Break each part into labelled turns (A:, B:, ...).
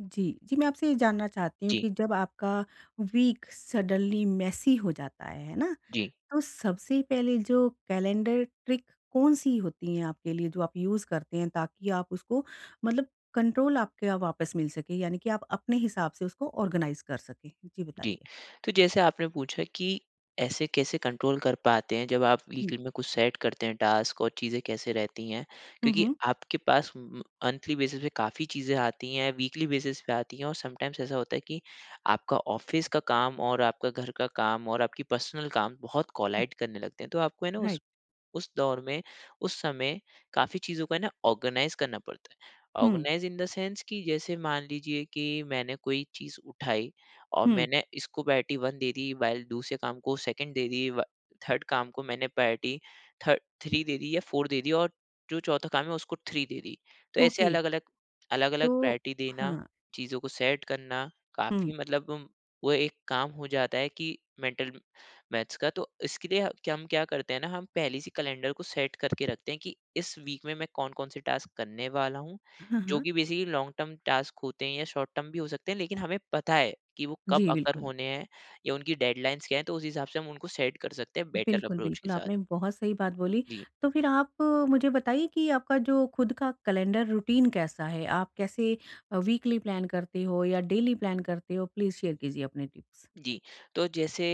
A: जी, जी, मैं आपसे ये जानना चाहती हूँ
B: जी,
A: कि जब आपका वीक सडनली मेसी हो जाता है ना?
B: जी,
A: तो सबसे पहले जो कैलेंडर ट्रिक कौन-सी होती हैं आपके लिए जो आप यूज़ करते हैं ताकि आप उसको मतलब कंट्रोल आपका वापस मिल सके यानी कि आप अपने हिसाब से उसको ऑर्गेनाइज़ कर सकें? जी,
B: जी।
A: बताइए।
B: तो जैसे आपने पूछा कि ऐसे कैसे कंट्रोल कर पाते हैं जब आप
A: हुँ,
B: वीकली में कुछ सेट करते हैं टास्क और चीज़ें कैसे रहती हैं?
A: हुँ,
B: क्योंकि
A: हुँ,
B: आपके पास म मंथली बेसिस पे काफ़ी चीज़ें आती हैं, वीकली बेसिस पे आती हैं और समटाइम्स ऐसा होता है कि आपका ऑफ़िस का काम और आपका घर का काम और आपकी पर्सनल काम बहुत
A: हुँ,
B: कोलाइड करने लगते हैं। तो आपको है ना उस
A: राइट,
B: उस दौर में, उस समय काफ़ी चीज़ों का ना ऑर्गेनाइज़ करना पड़ता है।
A: हुँ,
B: ऑर्गेनाइज़ इन द सेंस कि जैसे मान लीजिए कि मैंने कोई चीज़ उठाई और
A: हुँ,
B: मैंने इसको प्रायोरिटी 1 दे दी, वाइल दूसरे काम को सेकंड दे दी, व थर्ड काम को मैंने प्रायोरिटी थर्ड 3 दे दी या 4 दे दी और जो चौथा काम है उसको 3 दे दी। तो ऐसे
A: ओके,
B: अलग-अलग, अलग-अलग
A: तो
B: प्रायोरिटी देना,
A: हाँ,
B: चीज़ों को सेट करना, काफ़ी
A: हुँ,
B: मतलब वो एक काम हो जाता है कि मेंटल मैथ्स का। तो इसके लिए क्या करते हैं ना? हम पहले से कैलेंडर को सेट करके रखते हैं कि इस वीक में मैं कौन कौन से टास्क करने वाला हूँ
A: हाँ,
B: जो
A: हाँ,
B: कि बेसिकली लॉन्ग टर्म टास्क होते हैं या शॉर्ट टर्म भी हो सकते हैं लेकिन हमें पता है कि वो कब
A: जी,
B: अकर
A: बिल्कुल।
B: होने हैं या उनकी डेडलाइंस क्या है तो उस हिसाब से हम उनको सेट कर सकते हैं बेटर
A: बिल्कुल,
B: अप्रोच के
A: बिल्कुल,
B: साथ।
A: आपने बहुत सही बात बोली।
B: जी,
A: तो फिर आप मुझे बताइए कि आपका जो खुद का कैलेंडर रूटीन कैसा है? आप कैसे वीकली प्लान करते हो या डेली प्लान करते हो? प्लीज़ शेयर कीजिए अपने टिप्स।
B: जी। तो जैसे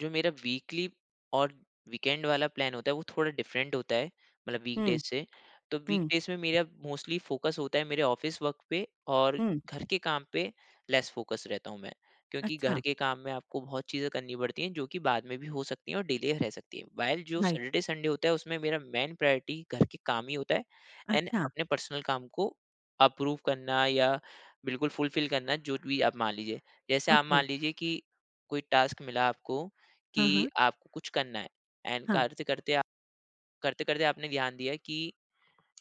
B: जो मेरा वीकली और वीकेंड वाला प्लान होता है वो थोड़ा डिफरेंट होता है, मतलब
A: हुँ,
B: वीकडेज़ से। तो
A: हुँ,
B: वीकडेज़ में मेरा मोस्टली फ़ोकस होता है मेरे ऑफ़िस वर्क पे और
A: हुँ।
B: घर के काम पे लेस फ़ोकस रहता हूँ मैं। क्योंकि घर
A: अच्छा,
B: के काम में आपको बहुत चीज़ें करनी पड़ती हैं जो कि बाद में भी हो सकती हैं और डिले रह सकती हैं। व्हाइल जो
A: राइट।
B: सैटरडे संडे होता है उसमें मेरा मेन प्रायोरिटी घर के काम ही होता है एंड
A: अच्छा,
B: अपने पर्सनल काम को अप्रूव करना या बिल्कुल फुलफ़िल करना जो भी आप मान लीजिए। जैसे आप
A: ओके।
B: मान लीजिए कि कोई टास्क मिला आपको कि
A: हाँ, हाँ,
B: आपको कुछ करना है एंड
A: हाँ,
B: करते करते आप करते करते आपने ध्यान दिया कि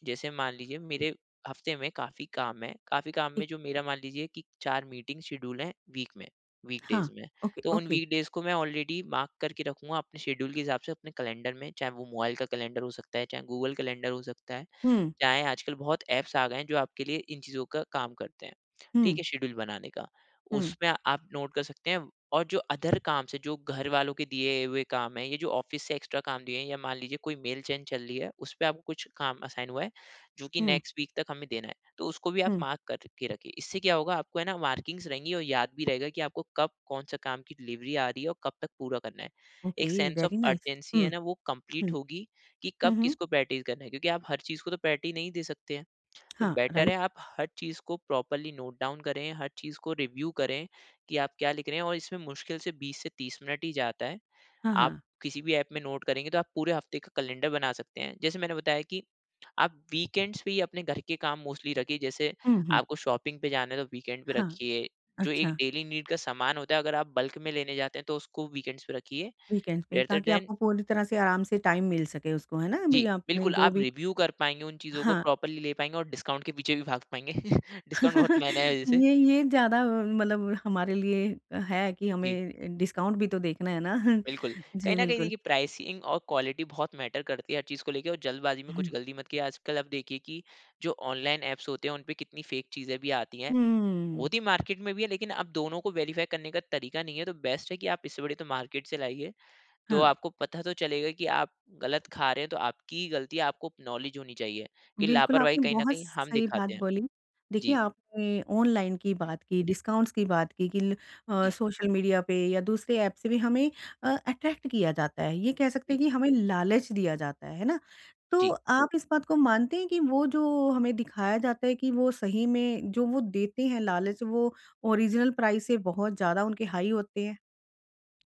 B: जैसे मान लीजिए मेरे हफ्ते में काफ़ी काम है काफ़ी काम में
A: ठीक।
B: जो मेरा मान लीजिए कि चार मीटिंग शेड्यूल है वीक
A: हाँ,
B: डेज में।
A: ओके,
B: तो उन
A: ओके।
B: वीक डेज को मैं ऑलरेडी मार्क करके रखूंगा अपने शेड्यूल के हिसाब से अपने कैलेंडर में, चाहे वो मोबाइल का कैलेंडर हो सकता है, चाहे गूगल कैलेंडर हो सकता है,
A: हुँ,
B: चाहे आजकल बहुत ऐप्स आ गए हैं जो आपके लिए इन चीज़ों का काम करते हैं, ठीक
A: हुँ,
B: है? शेड्यूल बनाने का।
A: हुँ,
B: उसमें आप नोट कर सकते हैं और जो अदर काम से जो घर वालों के दिए हुए काम हैं, ये जो ऑफ़िस से एक्स्ट्रा काम दिए हैं या मान लीजिए कोई मेल चेन चल रही है, उसपे आपको कुछ काम असाइन हुआ है, जो कि
A: हुँ,
B: नेक्स्ट वीक तक हमें देना है, तो उसको भी आप
A: हुँ।
B: मार्क करके रखिए। इससे क्या होगा, आपको है ना मार्किंग्स रहेंगी और याद भी रहेगा कि आपको कब कौन-सा काम की डिलीवरी आ रही है और कब तक पूरा करना है।
A: ओके,
B: एक sense of
A: very nice.
B: Urgency
A: हुँ,
B: है ना, वो कंप्लीट
A: हुँ।
B: होगी कि
A: हुँ,
B: कब
A: हुँ।
B: किसको प्रैक्टिस करना है, क्योंकि आप हर चीज़ को तो प्रैरिटी नहीं दे सकते हैं। तो
A: हाँ,
B: बेटर
A: राइट।
B: है आप हर चीज़ को प्रॉपरली नोट डाउन करें, हर चीज़ को रिव्यू करें कि आप क्या लिख रहे हैं, और इसमें मुश्किल से 20 से 30 मिनट ही जाता है।
A: हाँ,
B: आप
A: हाँ।
B: किसी भी ऐप में नोट करेंगे तो आप पूरे हफ्ते का कैलेंडर बना सकते हैं। जैसे मैंने बताया कि आप वीकेंड्स पे ही अपने घर के काम मोस्टली रखिए, जैसे
A: हुँ, हुँ।
B: आपको शॉपिंग पे जाना है तो वीकेंड पे
A: हाँ,
B: रखिए। जो एक
A: अच्छा।
B: डेली नीड का सामान होता है अगर आप बल्क में लेने जाते हैं तो उसको वीकेंड्स पे रखिए,
A: वीकेंड्स में
B: रेदर
A: ताकि
B: दैन।
A: आपको पूरी तरह से आराम से टाइम मिल सके उसको, है ना?
B: जी,
A: अभी आपने
B: बिल्कुल,
A: जो
B: आप
A: भी
B: रिव्यू कर पाएँगे, उन चीज़ों को
A: हाँ,
B: प्रॉपरली ले पाएँगे और डिस्काउंट के पीछे भी भाग पाएँगे। डिस्काउंट बहुत महँगा है वैसे।
A: ये ज़्यादा मतलब हमारे लिए है कि
B: जी,
A: हमें डिस्काउंट भी तो देखना है ना।
B: बिल्कुल। कहीं
A: जी,
B: न कहीं
A: बिल्कुल।
B: देखिए प्राइसिंग और क्वालिटी बहुत मैटर करती है हर चीज़ को लेके, और जल्दबाज़ी में
A: हुँ,
B: कुछ गलती मत किया। आजकल आप देखिए कि जो ऑनलाइन ऐप्स होते हैं, उनपे कितनी फेक चीज़ें भी आती हैं।
A: हुँ,
B: होती मार्केट में भी है, लेकिन अब दोनों को वेरीफाई करने का तरीका नहीं है, तो बेस्ट है कि आप इससे बड़ी तो मार्केट से लाइए। तो
A: हाँ।
B: आपको पता तो चलेगा कि आप गलत खा रहे हैं, तो आपकी ही गलती है, आपको नॉलेज होनी चाहिए कि
A: बिल्कुल,
B: लापरवाही
A: आपने
B: कहीं न
A: बहुत
B: कहीं हम
A: सही बात
B: दिखाते हैं।
A: बोली। देखिए,
B: जी,
A: आपने ऑनलाइन की बात की, डिस्काउंट्स की बात की कि
B: जी।
A: सोशल मीडिया पे या दूसरे ऐप से भी हमें अट्रैक्ट किया जाता है। ये कह
B: জি,
A: सकते हैं कि हमें लालच दिया जाता है ना? तो आप इस बात को मानते हैं कि वो जो हमें दिखाया जाता है कि वो सही में जो वो देते हैं लालच, वो ओरिजिनल प्राइस से बहुत ज़्यादा उनके हाई होते हैं?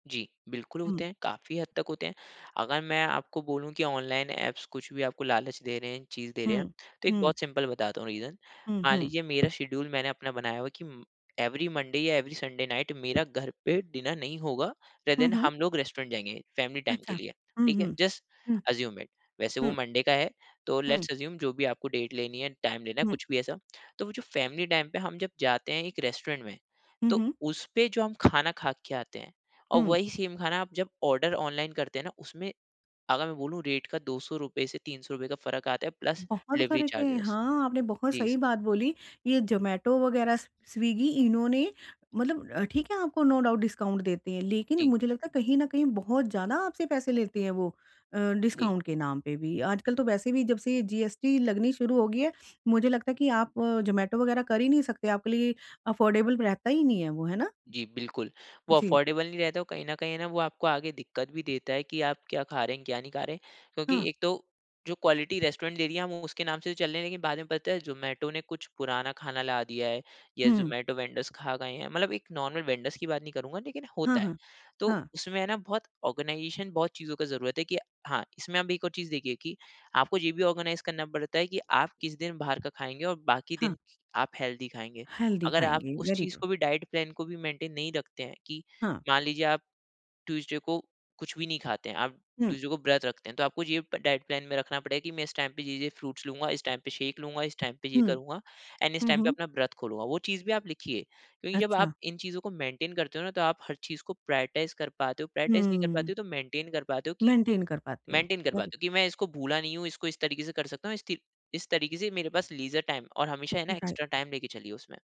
B: जी, बिल्कुल
A: हुँ,
B: होते हैं, काफ़ी हद तक होते हैं। अगर मैं आपको बोलूँ कि ऑनलाइन ऐप्स कुछ भी आपको लालच दे रहे हैं, चीज़ दे रहे
A: हुँ,
B: हैं, तो एक
A: हुँ,
B: बहुत सिंपल बताता हूँ रीज़न।
A: हुँ,
B: मान
A: हुँ।
B: लीजिए मेरा शेड्यूल मैंने अपना बनाया हुआ है कि म एवरी मंडे या एवरी संडे नाइट मेरा घर पे डिनर नहीं होगा, रेदर
A: हुँ,
B: देन
A: हुँ।
B: हम लोग रेस्टोरेंट जाएँगे फैमिली टाइम
A: अच्छा।
B: के लिए,
A: हुँ,
B: ठीक है?
A: Hmm,
B: just
A: hmm,
B: assume it. वैसे वो
A: हुँ,
B: मंडे का है, तो
A: हुँ,
B: लेट्स अस्यूम जो भी आपको डेट लेनी है, टाइम लेना है,
A: हुँ,
B: कुछ भी ऐसा। तो वो जो फैमिली टाइम पे हम जब जाते हैं एक रेस्टोरेंट में,
A: हुँ,
B: तो
A: हुँ,
B: उस पे जो हम खाना खा के आते हैं, और
A: हुँ।
B: वही सेम खाना आप जब ऑर्डर ऑनलाइन करते हैं ना उसमें अगर मैं बोलूँ रेट का 200 रुपए से 300 रुपए का फर्क आता है प्लस
A: बहुत
B: डिलीवरी
A: फ़र्क है।
B: चार्जेस।
A: हाँ, आपने बहुत
B: जी,
A: सही बात बोली। ये ज़ोमैटो वग़ैरह, स स्विगी इन्होंने मतलब ठीक है आपको नो डाउट डिस्काउंट देते हैं, लेकिन
B: जी,
A: मुझे लगता है कहीं न कहीं बहुत ज़्यादा आपसे पैसे लेते हैं वो
B: जी।
A: डिस्काउंट के नाम पे भी। आजकल तो वैसे भी जब से जीएसटी लगनी शुरू हो गई है, मुझे लगता है कि आप ज़ोमैटो वग़ैरह कर ही नहीं सकते, आपके लिए अफ़ोर्डेबल रहता ही नहीं है वो, है ना?
B: जी, बिल्कुल। वो
A: जी,
B: अफ़ोर्डेबल नहीं रहता और कहीं न कहीं है ना, वो आपको आगे दिक्कत भी देता है कि आप क्या खा रहे हैं, क्या नहीं खा रहे हैं। क्योंकि
A: हाँ।
B: एक तो जो क्वालिटी रेस्टोरेंट दे रही है हम उसके नाम से तो चल रहे हैं, लेकिन बाद में पता है ज़ोमैटो ने कुछ पुराना खाना ला दिया है या
A: हुँ।
B: ज़ोमैटो वेंडर्स खा गए हैं। मतलब एक नॉर्मल वेंडर्स की बात नहीं करूँगा, लेकिन
A: हाँ,
B: होता है।
A: हाँ।
B: तो
A: हाँ,
B: उसमें है ना बहुत ऑर्गनाइज़ेशन बहुत चीज़ों का ज़रूरत है कि हाँ, इसमें आप एक और चीज़ देखिए कि आपको ये भी ऑर्गनाइज़ करना पड़ता है कि आप किस दिन बाहर का खाएँगे और बाकी
A: हाँ।
B: दिन आप हेल्दी खाएँगे।
A: हेल्दी
B: अगर आप
A: खाएँगे,
B: उस
A: वेरी
B: चीज़
A: ट्रू।
B: को भी, डाइट प्लान को भी, मेंटेन नहीं रखते हैं कि
A: हाँ।
B: मान लीजिए आप ट्यूसडे को कुछ भी नहीं खाते हैं, आप
A: हुँ,
B: ट्यूसडे को व्रत रखते हैं, तो आपको ये प डाइट प्लान में रखना पड़ेगा कि मैं इस टाइम पे ये-ये फ्रूट्स लूँगा, इस टाइम पे शेक लूँगा, इस टाइम पे ये
A: हुँ।
B: करूँगा एंड इस
A: हुँ,
B: टाइम पे
A: हुँ।
B: अपना व्रत खोलूँगा। वो चीज़ भी आप लिखिए, क्योंकि जब आप
A: अच्छा।
B: इन चीज़ों को मेंटेन करते हो ना, तो आप हर चीज़ को प्रायोरिटाइज़ कर पाते हो, प्रायोरिटाइज़ नहीं कर पाते
A: हुँ।
B: हो तो मेंटेन कर पाते हो कि
A: मेंटेन कर पाते हो। अरे!
B: मैं इसको भूला नहीं हूँ, इसको इस तरीके से कर सकता हूँ, इस तरीके से मेरे पास लीजर टाइम और हमेशा है ना,
A: राइट,
B: एक्स्ट्रा टाइम लेके चलिए उसमें।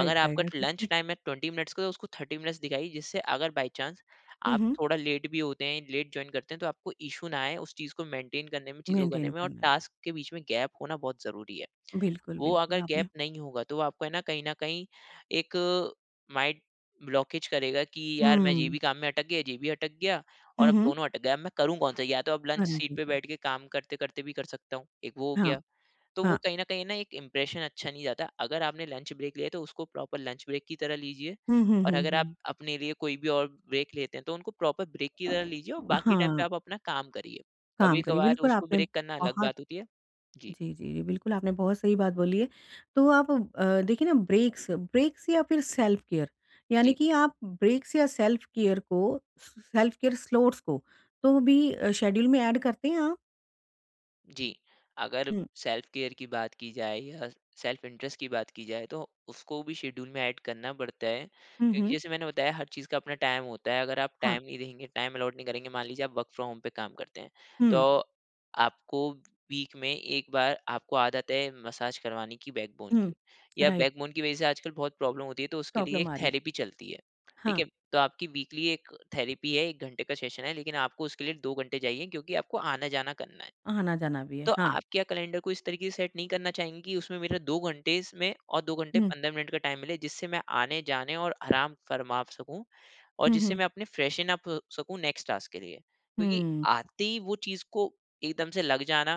B: अगर
A: राइट,
B: आपका
A: राइट,
B: लंच
A: बिल्कुल।
B: टाइम है 20 मिनट्स का, तो उसको 30 मिनट्स दिखाइए, जिससे अगर बाय चांस
A: हुँ,
B: आप
A: हुँ,
B: थोड़ा लेट भी होते हैं, लेट जॉइन करते हैं, तो आपको इश्यू ना आए उस चीज़ को मेंटेन करने में, चीज़ों को करने
A: मेंटेन
B: में, और
A: करने में।
B: टास्क के बीच में गैप होना बहुत ज़रूरी है।
A: बिल्कुल,
B: वो
A: बिल्कुल
B: अगर गैप
A: आपने
B: नहीं होगा, तो वो आपको है ना कहीं न कहीं एक माइंड ब्लॉकेज करेगा कि यार मैं ये
A: हुँ,
B: भी काम में अटक गया, ये भी अटक गया, और
A: हुँ,
B: अब
A: हुँ,
B: दोनों अटक गए, अब मैं करूँ कौन-सा? या तो अब लंच सीट
A: परंतु
B: पे
A: का
B: बैठ के काम करते-करते भी कर सकता हूँ, एक वो हो
A: हाँ,
B: गया। तो वो
A: हाँ।
B: कहीं न कहीं ना एक इम्प्रेशन अच्छा नहीं जाता। अगर आपने लंच ब्रेक लिया है, तो उसको प्रॉपर लंच ब्रेक की तरह लीजिए,
A: हुँ, हुँ,
B: और
A: हुँ,
B: अगर आप
A: हुँ।
B: अपने लिए कोई भी और ब्रेक लेते हैं, तो उनको प्रॉपर ब्रेक की तरह लीजिए और बाकी टाइम पे
A: हाँ,
B: आप अपना काम करिए।
A: काम करिए।
B: कभी-कभार
A: बिल्कुल
B: उसको
A: आपने
B: ब्रेक करना अलग
A: बहुत
B: बात होती है। जी,
A: जी, जी, जी, बिल्कुल आपने बहुत सही बात बोली है। तो आप देखिए ना ब्रेक्स ब्रेक्स या फिर सेल्फ केयर यानी
B: जी।
A: कि आप ब्रेक्स या सेल्फ केयर को स सेल्फ केयर स्लॉट्स को तो भी शेड्यूल में ऐड करते हैं आप?
B: जी, अगर
A: हुँ,
B: सेल्फ केयर की बात की जाए या सेल्फ इंटरेस्ट की बात की जाए तो उसको भी शेड्यूल में ऐड करना पड़ता है,
A: हुँ,
B: क्योंकि
A: हुँ,
B: जैसे मैंने बताया हर चीज़ का अपना टाइम होता है। अगर आप
A: हाँ,
B: टाइम नहीं देंगे, टाइम अलॉट नहीं करेंगे, मान लीजिए आप वर्क फ्रॉम होम पे काम करते हैं,
A: हुँ।
B: तो आपको वीक में 1 बार आपको आदत है मसाज करवाने की बैकबोन
A: हुँ,
B: की, या
A: राइट,
B: बैकबोन की वज़ह से आजकल बहुत प्रॉब्लम होती है, तो उसके लिए
A: प्रॉब्लम
B: एक
A: आ रही है।
B: थेरेपी चलती है, ठीक
A: हाँ,
B: है? तो आपकी वीकली एक थेरेपी है, 1 घंटे का सेशन है, लेकिन आपको उसके लिए 2 घंटे चाहिए, क्योंकि आपको आना-जाना करना है।
A: आना-जाना भी
B: तो
A: है, हाँ।
B: आप क्या कैलेंडर को इस तरीके से सेट नहीं करना चाहेंगे कि उसमें मेरा 2 घंटे इसमें और 2 घंटे
A: हुँ,
B: 15 मिनट का टाइम मिले, जिससे मैं आने, जाने और आराम फरमा सकूँ, और
A: हुँ,
B: जिससे
A: हुँ,
B: मैं अपने फ्रेशन अप हो सकूँ नेक्स्ट टास्क के लिए? क्योंकि
A: हुँ,
B: आते ही वो चीज़ को एकदम से लग जाना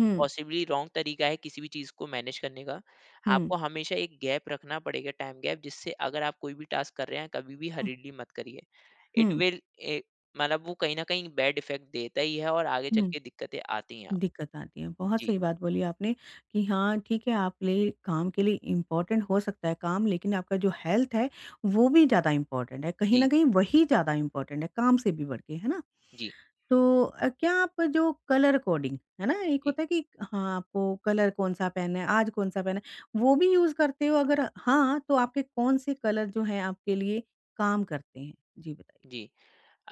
A: हुँ,
B: पॉसिबली रॉन्ग तरीका है किसी भी चीज़ को मैनेज करने का।
A: हुँ,
B: आपको हमेशा एक गैप रखना पड़ेगा, टाइम गैप, जिससे अगर आप कोई भी टास्क कर रहे हैं, कभी भी
A: हुँ,
B: हरीडली मत करिए। इट
A: हुँ,
B: विल ए मतलब वो कहीं न कहीं बैड इफेक्ट देता ही है और आगे चल
A: हुँ,
B: के दिक्कतें आती हैं।
A: दिक्कत आती है। बहुत
B: जी,
A: सही बात बोली आपने कि हाँ, ठीक है आप ले काम के लिए इम्पोर्टेंट हो सकता है काम लेकिन आपका जो हेल्थ है, वो भी ज़्यादा इम्पोर्टेंट है। कहीं
B: जी।
A: न कहीं वही ज़्यादा इम्पोर्टेंट है काम से भी बढ़ के, है ना?
B: जी,
A: तो क्या आप जो कलर कोडिंग, है ना? एक
B: जी,
A: होता है कि हाँ, आपको कलर कौन-सा पहनना है, आज कौन-सा पहनना है, वो भी यूज़ करते हो? अगर हाँ, तो आपके कौन से कलर जो हैं आपके लिए काम करते हैं? जी बताइए।
B: जी।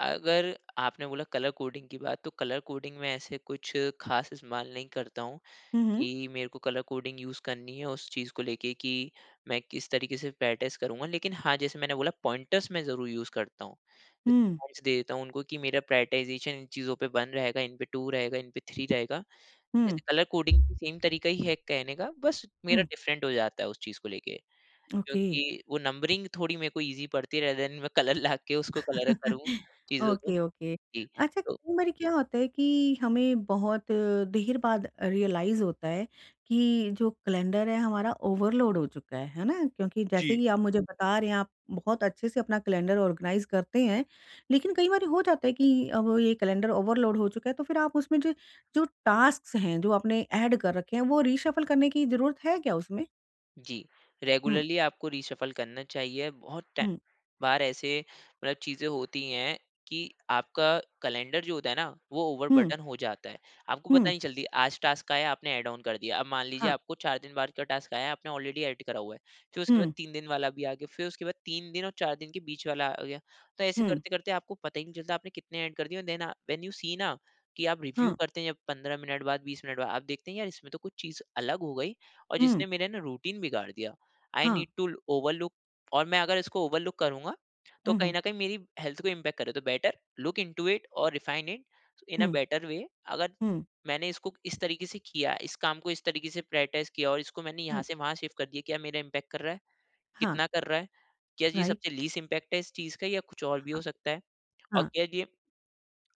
B: अगर आपने बोला कलर कोडिंग की बात, तो कलर कोडिंग में ऐसे कुछ ख़ास इस्तेमाल नहीं करता हूँ
A: हुँ, हुँ।
B: कि मेरे को कलर कोडिंग यूज़ करनी है उस चीज़ को लेके कि मैं किस तरीके से प्रैक्टिस करूँगा। लेकिन हाँ, जैसे मैंने बोला, पॉइंटर्स मैं ज़रूर यूज़ करता हूँ। जैसे
A: हुँ,
B: पॉइंट्स दे देता हूँ उनको कि मेरा प्रायोरिटाइज़ेशन इन चीज़ों पे 1 रहेगा, इन पे 2 रहेगा, इन पे 3 रहेगा। जैसे
A: हुँ,
B: कलर कोडिंग भी सेम तरीका ही है कहने का, बस मेरा
A: हुँ।
B: डिफ़रेंट हो जाता है उस चीज़ को लेके।
A: ओके।
B: क्योंकि वो नंबरिंग थोड़ी मेरे को ईज़ी पड़ती है, रेदर देन मैं कलर ला के उसको कलर करूँ चीज़ों को।
A: Okay, okay.
B: जी,
A: अच्छा,
B: तो।
A: कई बारी क्या होता है कि हमें बहुत देर बाद रियलाइज़ होता है कि जो कैलेंडर है हमारा ओवरलोड हो चुका है ना? क्योंकि जैसे कि आप मुझे बता रहे हैं आप बहुत अच्छे से अपना कैलेंडर ऑर्गनाइज़ करते हैं, लेकिन कई बारी हो जाता है कि अब ये कैलेंडर ओवरलोड हो चुका है तो फिर आप उसमें जो जो टास्क्स हैं, जो आपने ऐड कर रखे हैं वो रीशफ़ल करने की ज़रूरत है क्या उसमें?
B: जी,
A: हुँ,
B: रेगुलरली आपको रीशफ़ल करना चाहिए। बहुत टा
A: हुँ,
B: बार ऐसे, मतलब, चीज़ें होती हैं कि आपका कैलेंडर जो होता है ना, वो
A: हुँ,
B: ओवरबर्डन हो जाता है। आपको पता
A: हुँ,
B: नहीं चलती, आज टास्क आया, आपने ऐड ऑन कर दिया। अब मान लीजिए
A: हाँ,
B: आपको 4 दिन बाद का टास्क आया, आपने ऑलरेडी ऐड करा हुआ है। फिर उसके बाद
A: हुँ,
B: 3 दिन वाला भी आ गया, फिर उसके बाद 3 दिन और 4 दिन के बीच वाला आ गया। तो ऐसे
A: हुँ,
B: करते-करते आपको पता ही नहीं चलता आपने कितने ऐड कर दिए, और देन व्हेन यू सी ना, कि आप रिव्यू
A: हाँ,
B: करते हैं जब 15 मिनट बाद, 20 मिनट बाद, आप देखते हैं यार, इसमें तो कुछ चीज़ अलग हो गई, और
A: हुँ,
B: जिसने मेरा ना रूटीन बिगाड़ दिया। आई
A: हाँ,
B: नीड टू ओवरलुक, और मैं अगर इसको ओवरलुक करूँगा, तो
A: हुँ,
B: कहीं
A: हुँ,
B: न कहीं मेरी हेल्थ को इम्पैक्ट करे। तो बेटर लुक इंटू इट, और refine it in a
A: hmm.
B: Better way. अगर
A: हुँ,
B: मैंने इसको इस तरीके से किया, इस काम को इस तरीके से प्रायोरिटाइज़ किया, और इसको मैंने यहाँ
A: हुँ,
B: से वहाँ शिफ्ट कर दिया, क्या मेरा इम्पैक्ट कर रहा है?
A: हाँ,
B: कितना कर रहा है? क्या ये
A: राइट,
B: सबसे लीस्ट इम्पैक्ट है इस चीज़ का, या कुछ और भी हो
A: हाँ,
B: सकता है? और
A: हाँ,
B: क्या ये,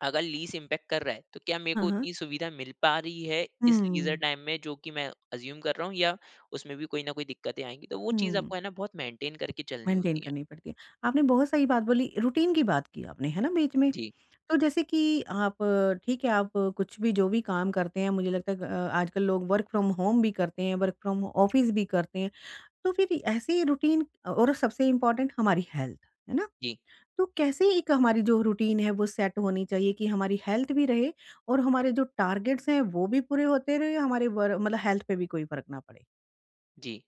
B: अगर लीस्ट इम्पैक्ट कर रहा है, तो क्या मेरे को
A: हाँ, हाँ,
B: उतनी सुविधा मिल पा रही है इस लीज़र
A: हुँ,
B: टाइम में, जो कि मैं अज़्यूम कर रहा हूँ, या उसमें भी कोई न कोई दिक्कतें आएँगी? तो वो चीज़
A: हुँ,
B: आपको है ना, बहुत मेंटेन करके चलनी
A: मेंटेन
B: होती है।
A: करनी पड़ती है। आपने बहुत सही बात बोली, रूटीन की बात की आपने, है ना, बीच में।
B: जी,
A: तो जैसे कि आप ठीक है, आप कुछ भी जो भी काम करते हैं, मुझे लगता है आजकल लोग वर्क फ्रॉम होम भी करते हैं, वर्क फ्रॉम ऑफिस भी करते हैं, तो फिर ऐसे रूटीन और सबसे इम्पोर्टेंट हमारी हेल्थ, है ना?
B: जी,
A: तो कैसे एक हमारी जो रूटीन है वो सेट होनी चाहिए कि हमारी हेल्थ भी रहे और हमारे जो टारगेट्स हैं वो भी पूरे होते रहे हमारे मतलब हेल्थ पे भी कोई फर्क ना पड़े।
B: जी।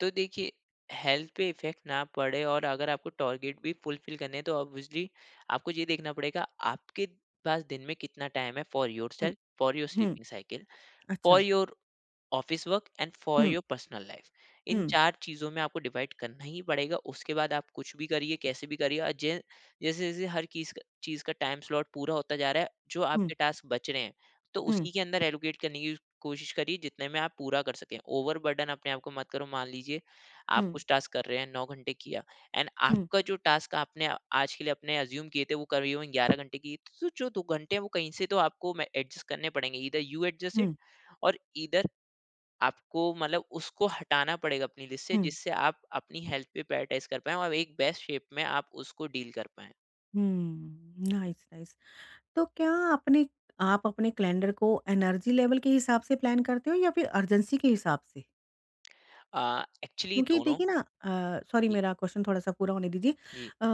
B: तो देखिए, हेल्थ पे इफ़ेक्ट ना पड़े और अगर आपको टारगेट भी फुलफ़िल करने हैं, तो ऑब्वियसली आपको ये देखना पड़ेगा आपके पास दिन में कितना टाइम है for
A: hmm,
B: yourself, for your
A: hmm,
B: sleeping cycle, for
A: अच्छा
B: your office work and for
A: hmm,
B: your personal life. In
A: hmm,
B: चार चीज़ों में आपको डिवाइड करना ही पड़ेगा। उसके बाद आप कुछ भी करिए, कैसे भी करिए। और जैसे जैसे हर चीज़ का टाइम स्लॉट पूरा होता जा रहा है, जो
A: हुँ,
B: आपके टास्क बच रहे हैं, तो
A: हुँ,
B: उसी के अंदर एलोकेट करने की कोशिश करिए, जितने में आप पूरा कर सकें। ओवर बर्डन अपने आप को मत करो। मान लीजिए आप
A: हुँ,
B: कुछ टास्क कर रहे हैं, 9 घंटे किया, एंड
A: हुँ,
B: आपका जो टास्क आपने आज के लिए अपने अज्यूम किए थे वो करीबन 11 घंटे की, तो जो 2 घंटे हैं, वो कहीं से तो आपको एडजस्ट करने पड़ेंगे। इधर यू एडजस्ट,
A: हुँ,
B: और ईदर आपको, मतलब, उसको हटाना पड़ेगा अपनी लिस्ट से,
A: हुँ,
B: जिससे आप अपनी हेल्थ पे प्रायोरिटाइज कर पाएँ और एक बेस्ट शेप में आप उसको डील कर पाएँ।
A: Hmm, nice nice. तो क्या अपने आप अपने कैलेंडर को एनर्जी लेवल के हिसाब से प्लान करते हो या फिर अर्जेंसी के हिसाब से?
B: एक्चुअली
A: क्योंकि
B: दोनों।
A: देखिए ना सॉरी
B: जी,
A: मेरा क्वेश्चन थोड़ा-सा पूरा होने दीजिए।
B: जी,
A: अ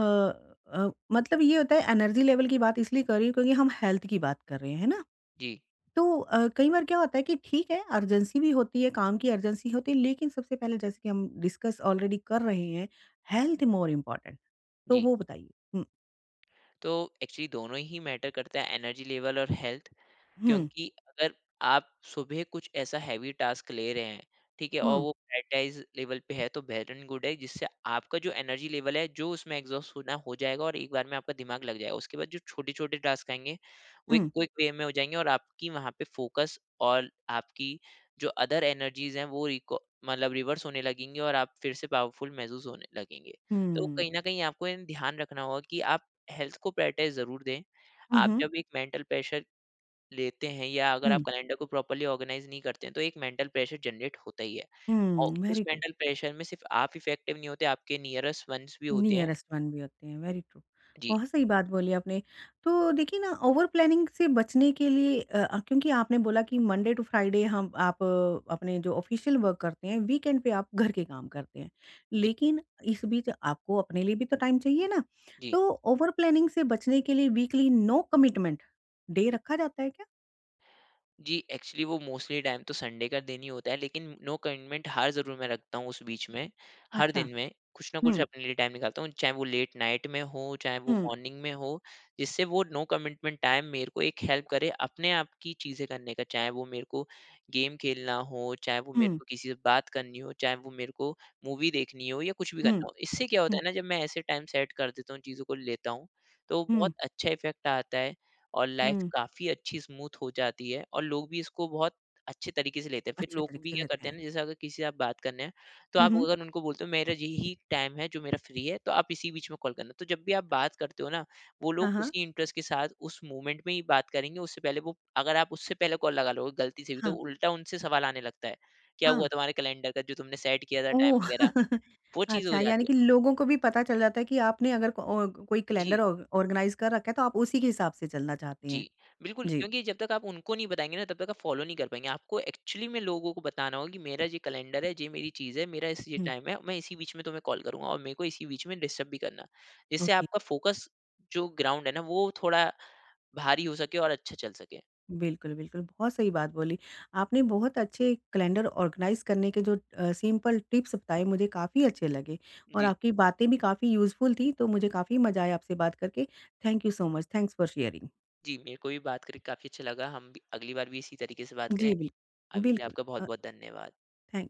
A: मतलब ये होता है एनर्जी लेवल की बात इसलिए कर रही हूँ क्योंकि हम हेल्थ की बात कर रहे हैं, है ना?
B: जी,
A: तो कई बार क्या होता है कि ठीक है अर्जेंसी भी होती है, काम की अर्जेंसी होती है, लेकिन सबसे पहले जैसे कि हम डिस्कस ऑलरेडी कर रहे हैं, हेल्थ मोर इम्पोर्टेंट तो
B: जी।
A: वो बताइए? हुँ,
B: तो एक्चुअली दोनों ही मैटर करता है, एनर्जी लेवल और हेल्थ।
A: हुँ,
B: क्योंकि अगर आप सुबह कुछ ऐसा हैवी टास्क ले रहे हैं, ठीक है? और
A: हुँ,
B: वो प्रायोरिटाइज़ लेवल पे है, तो बेहतर एंड गुड है, जिससे आपका जो एनर्जी लेवल है, जो उसमें एग्ज़ॉस्ट होना हो जाएगा, और एक बार में आपका दिमाग लग जाएगा। उसके बाद जो छोटे-छोटे टास्क आएँगे, वो एक
A: हुँ,
B: क्विक वे में हो जाएँगे, और आपकी वहाँ पे फ़ोकस और आपकी जो अदर एनर्जीज़ हैं, वो रिको मतलब रिवर्स होने लगेंगी और आप फिर से पावरफुल महसूस होने लगेंगे। तो
A: हुँ,
B: कहीं न कहीं आपको इन ध्यान रखना होगा कि आप हेल्थ को प्रायोरिटाइज़ ज़रूर दें।
A: हुँ,
B: आप
A: हुँ,
B: जब एक मेंटल प्रेशर लेते हैं, या अगर आप
A: हुँ,
B: कैलेंडर को प्रॉपर्ली ऑर्गेनाइज नहीं करते हैं, तो एक मेंटल प्रेशर जनरेट होता ही है। और
A: हुँ,
B: उस
A: वेरी ट्रू।
B: मेंटल प्रेशर में सिर्फ आप इफेक्टिव नहीं होते, आपके नियरेस्ट वन्स भी होते हैं।
A: नियरेस्ट वन भी होते हैं, वेरी ट्रू।
B: जी,
A: बहुत सही बात बोली आपने। तो देखिए ना ओवर प्लानिंग से बचने के लिए क्योंकि आपने बोला कि मंडे टू फ्राइडे हम आप अपने जो ऑफिशियल वर्क करते हैं, वीकेंड पे आप घर के काम करते हैं।
B: जी,
A: लेकिन इस बीच आपको अपने लिए भी तो टाइम चाहिए ना?
B: जी।
A: तो ओवर प्लानिंग से बचने के लिए वीकली नो कमिटमेंट डे रखा जाता है क्या?
B: जी, एक्चुअली वो मोस्टली टाइम तो संडे का दिन ही होता है, लेकिन नो कमिटमेंट हार ज़रूर मैं रखता हूँ उस बीच में। हर
A: अच्छा।
B: दिन में कुछ ना कुछ
A: हुँ,
B: अपने लिए टाइम निकालता हूँ, चाहे वो लेट नाइट में हो, चाहे वो
A: हुँ,
B: मॉर्निंग में हो, जिससे वो नो कमिटमेंट टाइम मेरे को एक हेल्प करे अपने आप की चीज़ें करने का। चाहे वो मेरे को गेम खेलना हो, चाहे वो मेरे
A: हुँ,
B: को किसी से बात करनी हो, चाहे वो मेरे को मूवी देखनी हो, या कुछ भी
A: हुँ,
B: करना हो। इससे क्या होता
A: हुँ,
B: है ना, जब मैं ऐसे टाइम सेट कर देता हूँ, चीज़ों को लेता हूँ, तो बहुत
A: हुँ,
B: अच्छा इफ़ेक्ट आता है। और लाइफ
A: हुँ।
B: काफ़ी अच्छी स्मूथ हो जाती है, और लोग भी इसको बहुत अच्छे तरीके से लेते हैं। फिर
A: अच्छे
B: लोग
A: तरीके
B: भी
A: से
B: क्या
A: लेते
B: करते हैं
A: हैं।
B: ना, जैसे अगर किसी से आप बात करने हैं, तो
A: हुँ,
B: आप हुँ।
A: हुँ।
B: अगर उनको बोलते हो मेरा यही टाइम है जो मेरा फ्री है, तो आप इसी बीच में कॉल करना। तो जब भी आप बात करते हो ना, वो
A: हाँ,
B: लोग
A: हाँ।
B: उसी इंटरेस्ट के साथ उस मोमेंट में ही बात करेंगे, उससे पहले वो अगर आप उससे पहले कॉल लगा लोगे गलती से भी, तो
A: हाँ,
B: उल्टा उनसे सवाल आने लगता है। क्या हुआ
A: हाँ।
B: तुम्हारे कैलेंडर का जो तुमने सेट किया था टाइम
A: ओह!
B: वगैरह, वो चीज़ हो
A: अच्छा, यानी
B: जाती
A: कि
B: है।
A: लोगों को भी पता चल जाता है कि आपने अगर को ओ कोई कैलेंडर
B: जी।
A: ऑर्गनाइज़ कर रखा है, तो आप उसी के हिसाब से चलना चाहते
B: जी,
A: हैं।
B: बिल्कुल,
A: जी,
B: क्योंकि जब तक आप उनको नहीं बताएँगे ना, तब तक आप फ़ॉलो नहीं कर पाएँगे। आपको एक्चुअली में लोगों को बताना होगा कि मेरा ये कैलेंडर है, ये मेरी चीज़ है, मेरा इस ये
A: हुँ,
B: टाइम है, मैं इसी बीच में तुम्हें कॉल करूँगा, और मेरे को इसी बीच में डिस्टर्ब भी करना। जिससे
A: ओके।
B: आपका फ़ोकस जो ग्राउंड है ना, वो थोड़ा भारी हो सके और अच्छा चल सके।
A: बिल्कुल, बिल्कुल, बहुत सही बात बोली। आपने बहुत अच्छे कैलेंडर ऑर्गनाइज़ करने के जो सिंपल टिप्स बताए, मुझे काफ़ी अच्छे लगे और
B: जी,
A: आपकी बातें भी काफ़ी यूज़फुल थी, तो मुझे काफ़ी मज़ा आया आपसे बात करके। Thank you so much, thanks for sharing.
B: जी, मेरे को भी बात करके काफ़ी अच्छा लगा। हम भी अगली बार भी इसी तरीके से बात करें।
A: जी, बिल्कुल।
B: अभी के लिए
A: बिल्कुल
B: आपका
A: अ,
B: बहुत-बहुत धन्यवाद।
A: थैंक